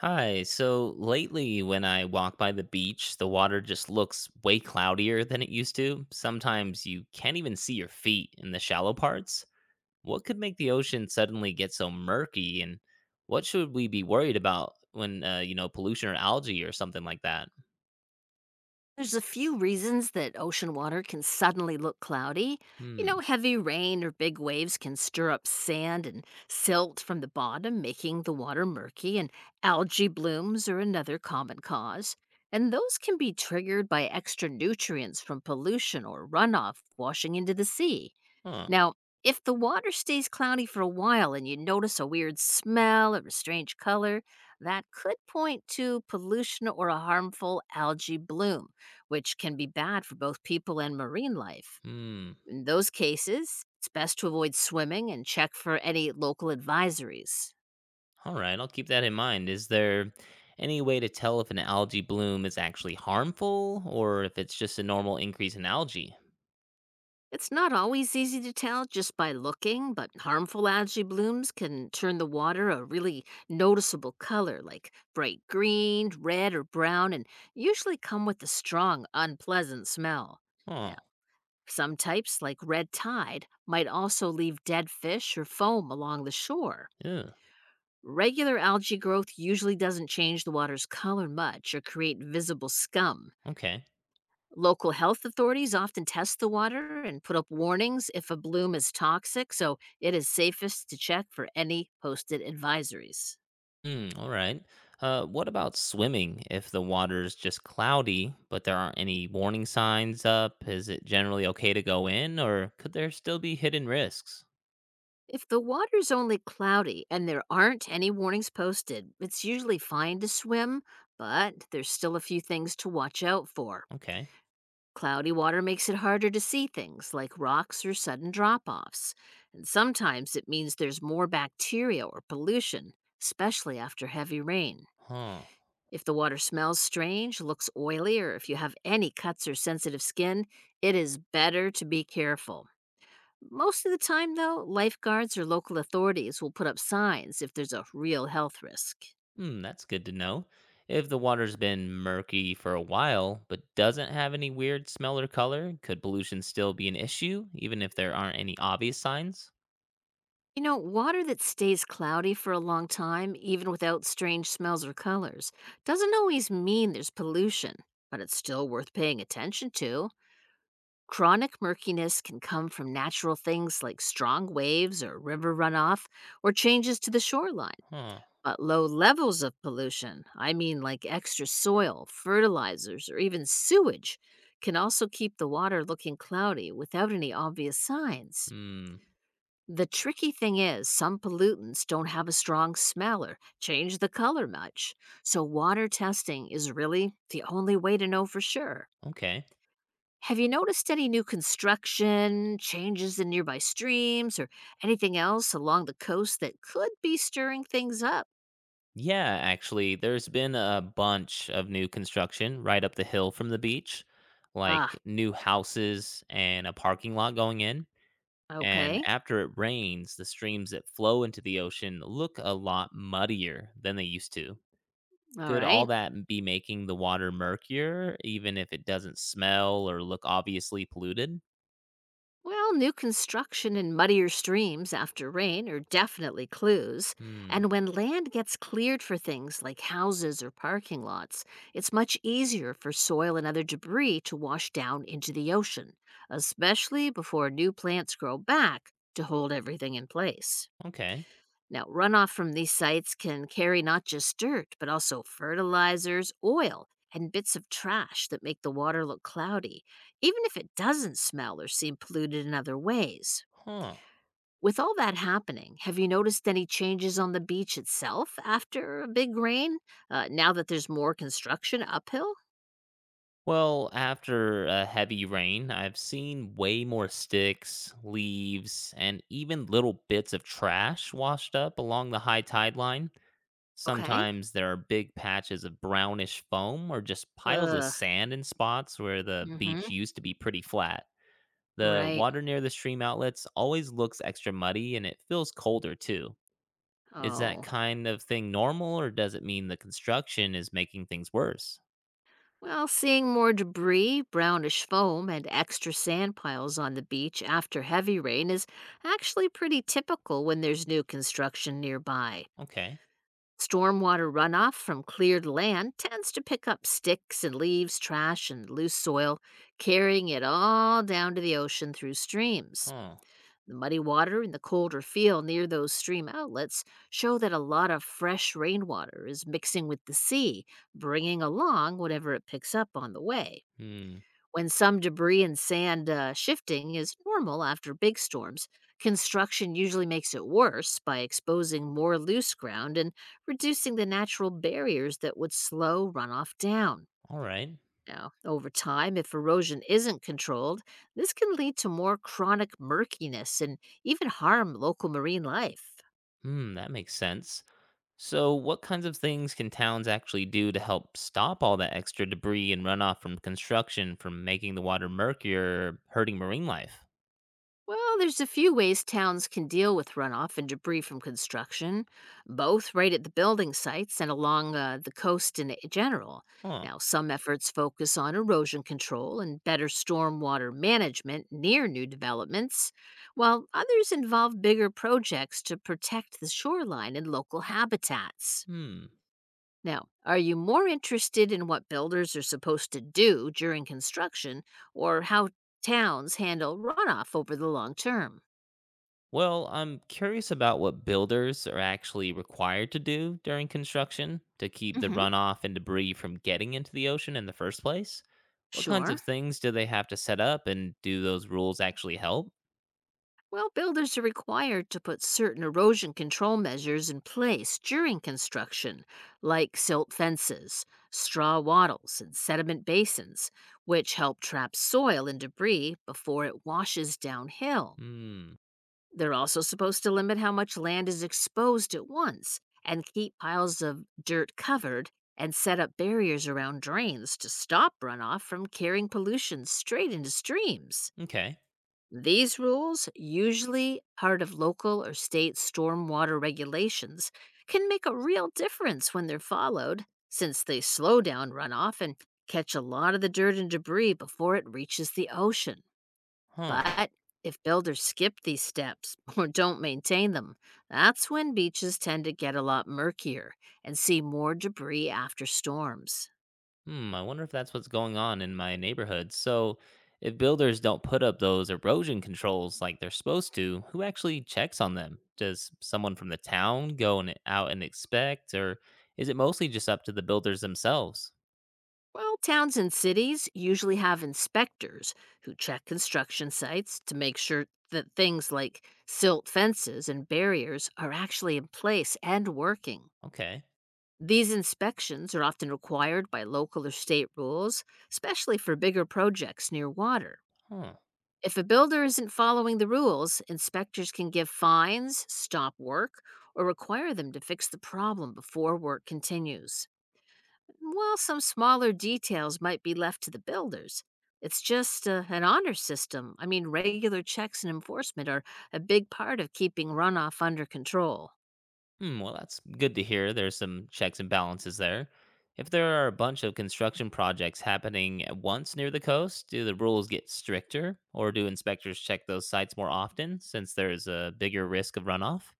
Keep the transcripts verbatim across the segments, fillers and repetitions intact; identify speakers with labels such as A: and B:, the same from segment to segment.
A: Hi. So lately, when I walk by the beach, the water just looks way cloudier than it used to. Sometimes you can't even see your feet in the shallow parts. What could make the ocean suddenly get so murky? And what should we be worried about when, uh, you know, pollution or algae or something like that?
B: There's a few reasons that ocean water can suddenly look cloudy. You know,
A: Hmm.
B: heavy rain or big waves can stir up sand and silt from the bottom, making the water murky, and algae blooms are another common cause. And those can be triggered by extra nutrients from pollution or runoff washing into the sea.
A: Huh.
B: Now, if the water stays cloudy for a while and you notice a weird smell or a strange color, that could point to pollution or a harmful algae bloom, which can be bad for both people and marine life.
A: Hmm.
B: In those cases, it's best to avoid swimming and check for any local advisories.
A: All right. I'll keep that in mind. Is there any way to tell if an algae bloom is actually harmful or if it's just a normal increase in algae?
B: It's not always easy to tell just by looking, but harmful algae blooms can turn the water a really noticeable color like bright green, red, or brown, and usually come with a strong, unpleasant smell. Now,
A: Oh.
B: some types, like red tide, might also leave dead fish or foam along the shore.
A: Yeah.
B: Regular algae growth usually doesn't change the water's color much or create visible scum.
A: Okay.
B: Local health authorities often test the water and put up warnings if a bloom is toxic, so it is safest to check for any posted advisories.
A: Hmm, all right. Uh, what about swimming? If the water's just cloudy, but there aren't any warning signs up, is it generally okay to go in, or could there still be hidden risks?
B: If the water's only cloudy and there aren't any warnings posted, it's usually fine to swim, but there's still a few things to watch out for.
A: Okay.
B: Cloudy water makes it harder to see things like rocks or sudden drop offs, and sometimes it means there's more bacteria or pollution, especially after heavy rain.
A: Huh.
B: If the water smells strange, looks oily, or if you have any cuts or sensitive skin, it is better to be careful. Most of the time, though, lifeguards or local authorities will put up signs if there's a real health risk.
A: Hmm, that's good to know. If the water's been murky for a while, but doesn't have any weird smell or color, could pollution still be an issue, even if there aren't any obvious signs?
B: You know, water that stays cloudy for a long time, even without strange smells or colors, doesn't always mean there's pollution, but it's still worth paying attention to. Chronic murkiness can come from natural things like strong waves or river runoff or changes to the shoreline.
A: Huh.
B: But low levels of pollution, I mean like extra soil, fertilizers, or even sewage, can also keep the water looking cloudy without any obvious signs.
A: Hmm.
B: The tricky thing is, some pollutants don't have a strong smell or change the color much, so water testing is really the only way to know for sure.
A: Okay.
B: Have you noticed any new construction, changes in nearby streams, or anything else along the coast that could be stirring things up?
A: Yeah, actually, there's been a bunch of new construction right up the hill from the beach,
B: Ah,
A: like new houses and a parking lot going in. And
B: okay.
A: after it rains, the streams that flow into the ocean look a lot muddier than they used to.
B: All
A: Could all
B: right.
A: that be making the water murkier, even if it doesn't smell or look obviously polluted?
B: Well, new construction and muddier streams after rain are definitely clues.
A: Hmm,
B: And when land gets cleared for things like houses or parking lots, it's much easier for soil and other debris to wash down into the ocean, especially before new plants grow back to hold everything in place.
A: okay.
B: Now, runoff from these sites can carry not just dirt, but also fertilizers, oil, and bits of trash that make the water look cloudy, even if it doesn't smell or seem polluted in other ways.
A: Huh.
B: With all that happening, have you noticed any changes on the beach itself after a big rain? Uh, now that there's more construction uphill?
A: Well, after a heavy rain, I've seen way more sticks, leaves, and even little bits of trash washed up along the high tide line.
B: Okay.
A: Sometimes there are big patches of brownish foam or just piles of
B: Ugh.
A: sand in spots where the
B: Mm hmm.
A: beach used to be pretty flat. The
B: Right.
A: water near the stream outlets always looks extra muddy and it feels colder too. Is that
B: Oh.
A: kind of thing normal or does it mean the construction is making things worse?
B: Well, seeing more debris, brownish foam, and extra sand piles on the beach after heavy rain is actually pretty typical when there's new construction nearby.
A: Okay.
B: Stormwater runoff from cleared land tends to pick up sticks and leaves, trash, and loose soil, carrying it all down to the ocean through streams.
A: Huh.
B: The muddy water and the colder feel near those stream outlets show that a lot of fresh rainwater is mixing with the sea, bringing along whatever it picks up on the way.
A: Hmm.
B: When some debris and sand uh, shifting is normal after big storms, construction usually makes it worse by exposing more loose ground and reducing the natural barriers that would slow runoff down.
A: All right.
B: Now, over time, if erosion isn't controlled, this can lead to more chronic murkiness and even harm local marine life.
A: Hmm, that makes sense. So, what kinds of things can towns actually do to help stop all that extra debris and runoff from construction from making the water murkier or hurting marine life?
B: Well, there's a few ways towns can deal with runoff and debris from construction, both right at the building sites and along uh, the coast in general.
A: Huh.
B: Now, some efforts focus on erosion control and better stormwater management near new developments, while others involve bigger projects to protect the shoreline and local habitats.
A: Hmm.
B: Now, are you more interested in what builders are supposed to do during construction or how towns handle runoff over the long term?
A: Well, I'm curious about what builders are actually required to do during construction to keep the
B: Hmm.
A: runoff and debris from getting into the ocean in the first place. What kinds
B: Sure.
A: of things do they have to set up, and do those rules actually help?
B: Well, builders are required to put certain erosion control measures in place during construction, like silt fences, straw wattles, and sediment basins, which help trap soil and debris before it washes downhill.
A: Hmm.
B: They're also supposed to limit how much land is exposed at once and keep piles of dirt covered and set up barriers around drains to stop runoff from carrying pollution straight into streams.
A: Okay.
B: These rules, usually part of local or state stormwater regulations, can make a real difference when they're followed, since they slow down runoff and catch a lot of the dirt and debris before it reaches the ocean.
A: Huh.
B: But if builders skip these steps or don't maintain them, that's when beaches tend to get a lot murkier and see more debris after storms.
A: Hmm, I wonder if that's what's going on in my neighborhood. So, if builders don't put up those erosion controls like they're supposed to, who actually checks on them? Does someone from the town go and out and inspect, or is it mostly just up to the builders themselves?
B: Well, towns and cities usually have inspectors who check construction sites to make sure that things like silt fences and barriers are actually in place and working.
A: Okay.
B: These inspections are often required by local or state rules, especially for bigger projects near water.
A: Huh.
B: If a builder isn't following the rules, inspectors can give fines, stop work, or require them to fix the problem before work continues. While some smaller details might be left to the builders, it's just uh, an honor system. I mean, regular checks and enforcement are a big part of keeping runoff under control.
A: Hmm, well, that's good to hear. There's some checks and balances there. If there are a bunch of construction projects happening at once near the coast, do the rules get stricter, or do inspectors check those sites more often since there's a bigger risk of runoff?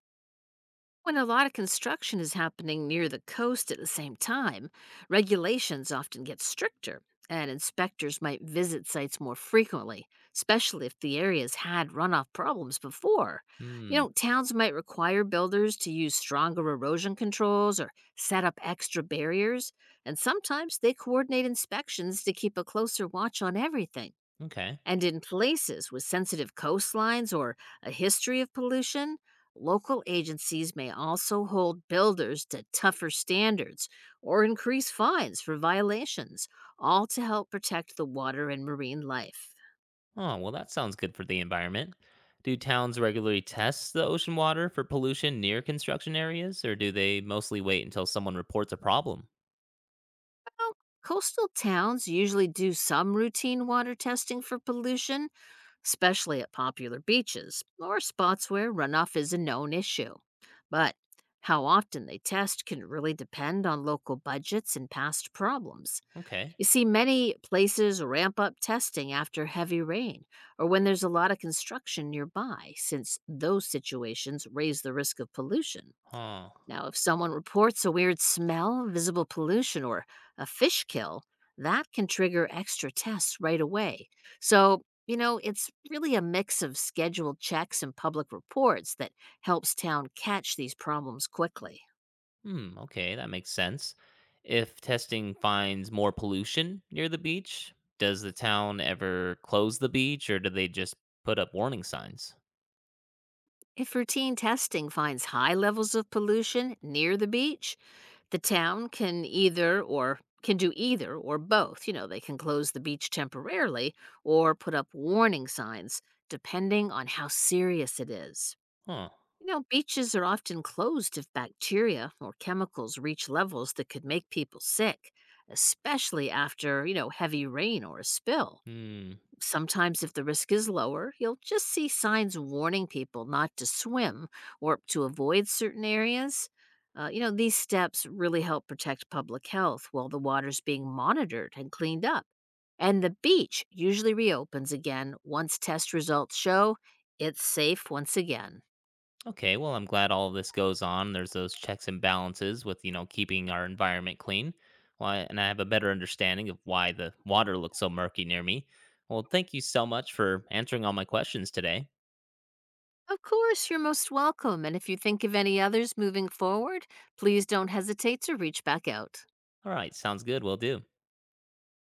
B: When a lot of construction is happening near the coast at the same time, regulations often get stricter, and inspectors might visit sites more frequently, especially if the area's had runoff problems before. You
A: Hmm.
B: know, towns might require builders to use stronger erosion controls or set up extra barriers, and sometimes they coordinate inspections to keep a closer watch on everything.
A: Okay.
B: And in places with sensitive coastlines or a history of pollution, local agencies may also hold builders to tougher standards or increase fines for violations, all to help protect the water and marine life.
A: Oh, well, that sounds good for the environment. Do towns regularly test the ocean water for pollution near construction areas, or do they mostly wait until someone reports a problem?
B: Well, coastal towns usually do some routine water testing for pollution, especially at popular beaches or spots where runoff is a known issue. But how often they test can really depend on local budgets and past problems.
A: Okay.
B: You see, many places ramp up testing after heavy rain or when there's a lot of construction nearby, since those situations raise the risk of pollution.
A: Huh.
B: Now, if someone reports a weird smell, visible pollution, or a fish kill, that can trigger extra tests right away. So, you know, it's really a mix of scheduled checks and public reports that helps town catch these problems quickly.
A: Hmm. Okay, that makes sense. If testing finds more pollution near the beach, does the town ever close the beach, or do they just put up warning signs?
B: If routine testing finds high levels of pollution near the beach, the town can either or can do either or both. You know, they can close the beach temporarily or put up warning signs depending on how serious it is.
A: Huh.
B: You know, beaches are often closed if bacteria or chemicals reach levels that could make people sick, especially after you know, heavy rain or a spill.
A: Hmm.
B: Sometimes, if the risk is lower, you'll just see signs warning people not to swim or to avoid certain areas. Uh, you know, these steps really help protect public health while the water's being monitored and cleaned up. And the beach usually reopens again once test results show it's safe once again.
A: Okay, well, I'm glad all of this goes on. There's those checks and balances with, you know, keeping our environment clean. Why, and I have a better understanding of why the water looks so murky near me. Well, thank you so much for answering all my questions today.
B: Of course, you're most welcome. And if you think of any others moving forward, please don't hesitate to reach back out.
A: All right, sounds good. We'll do.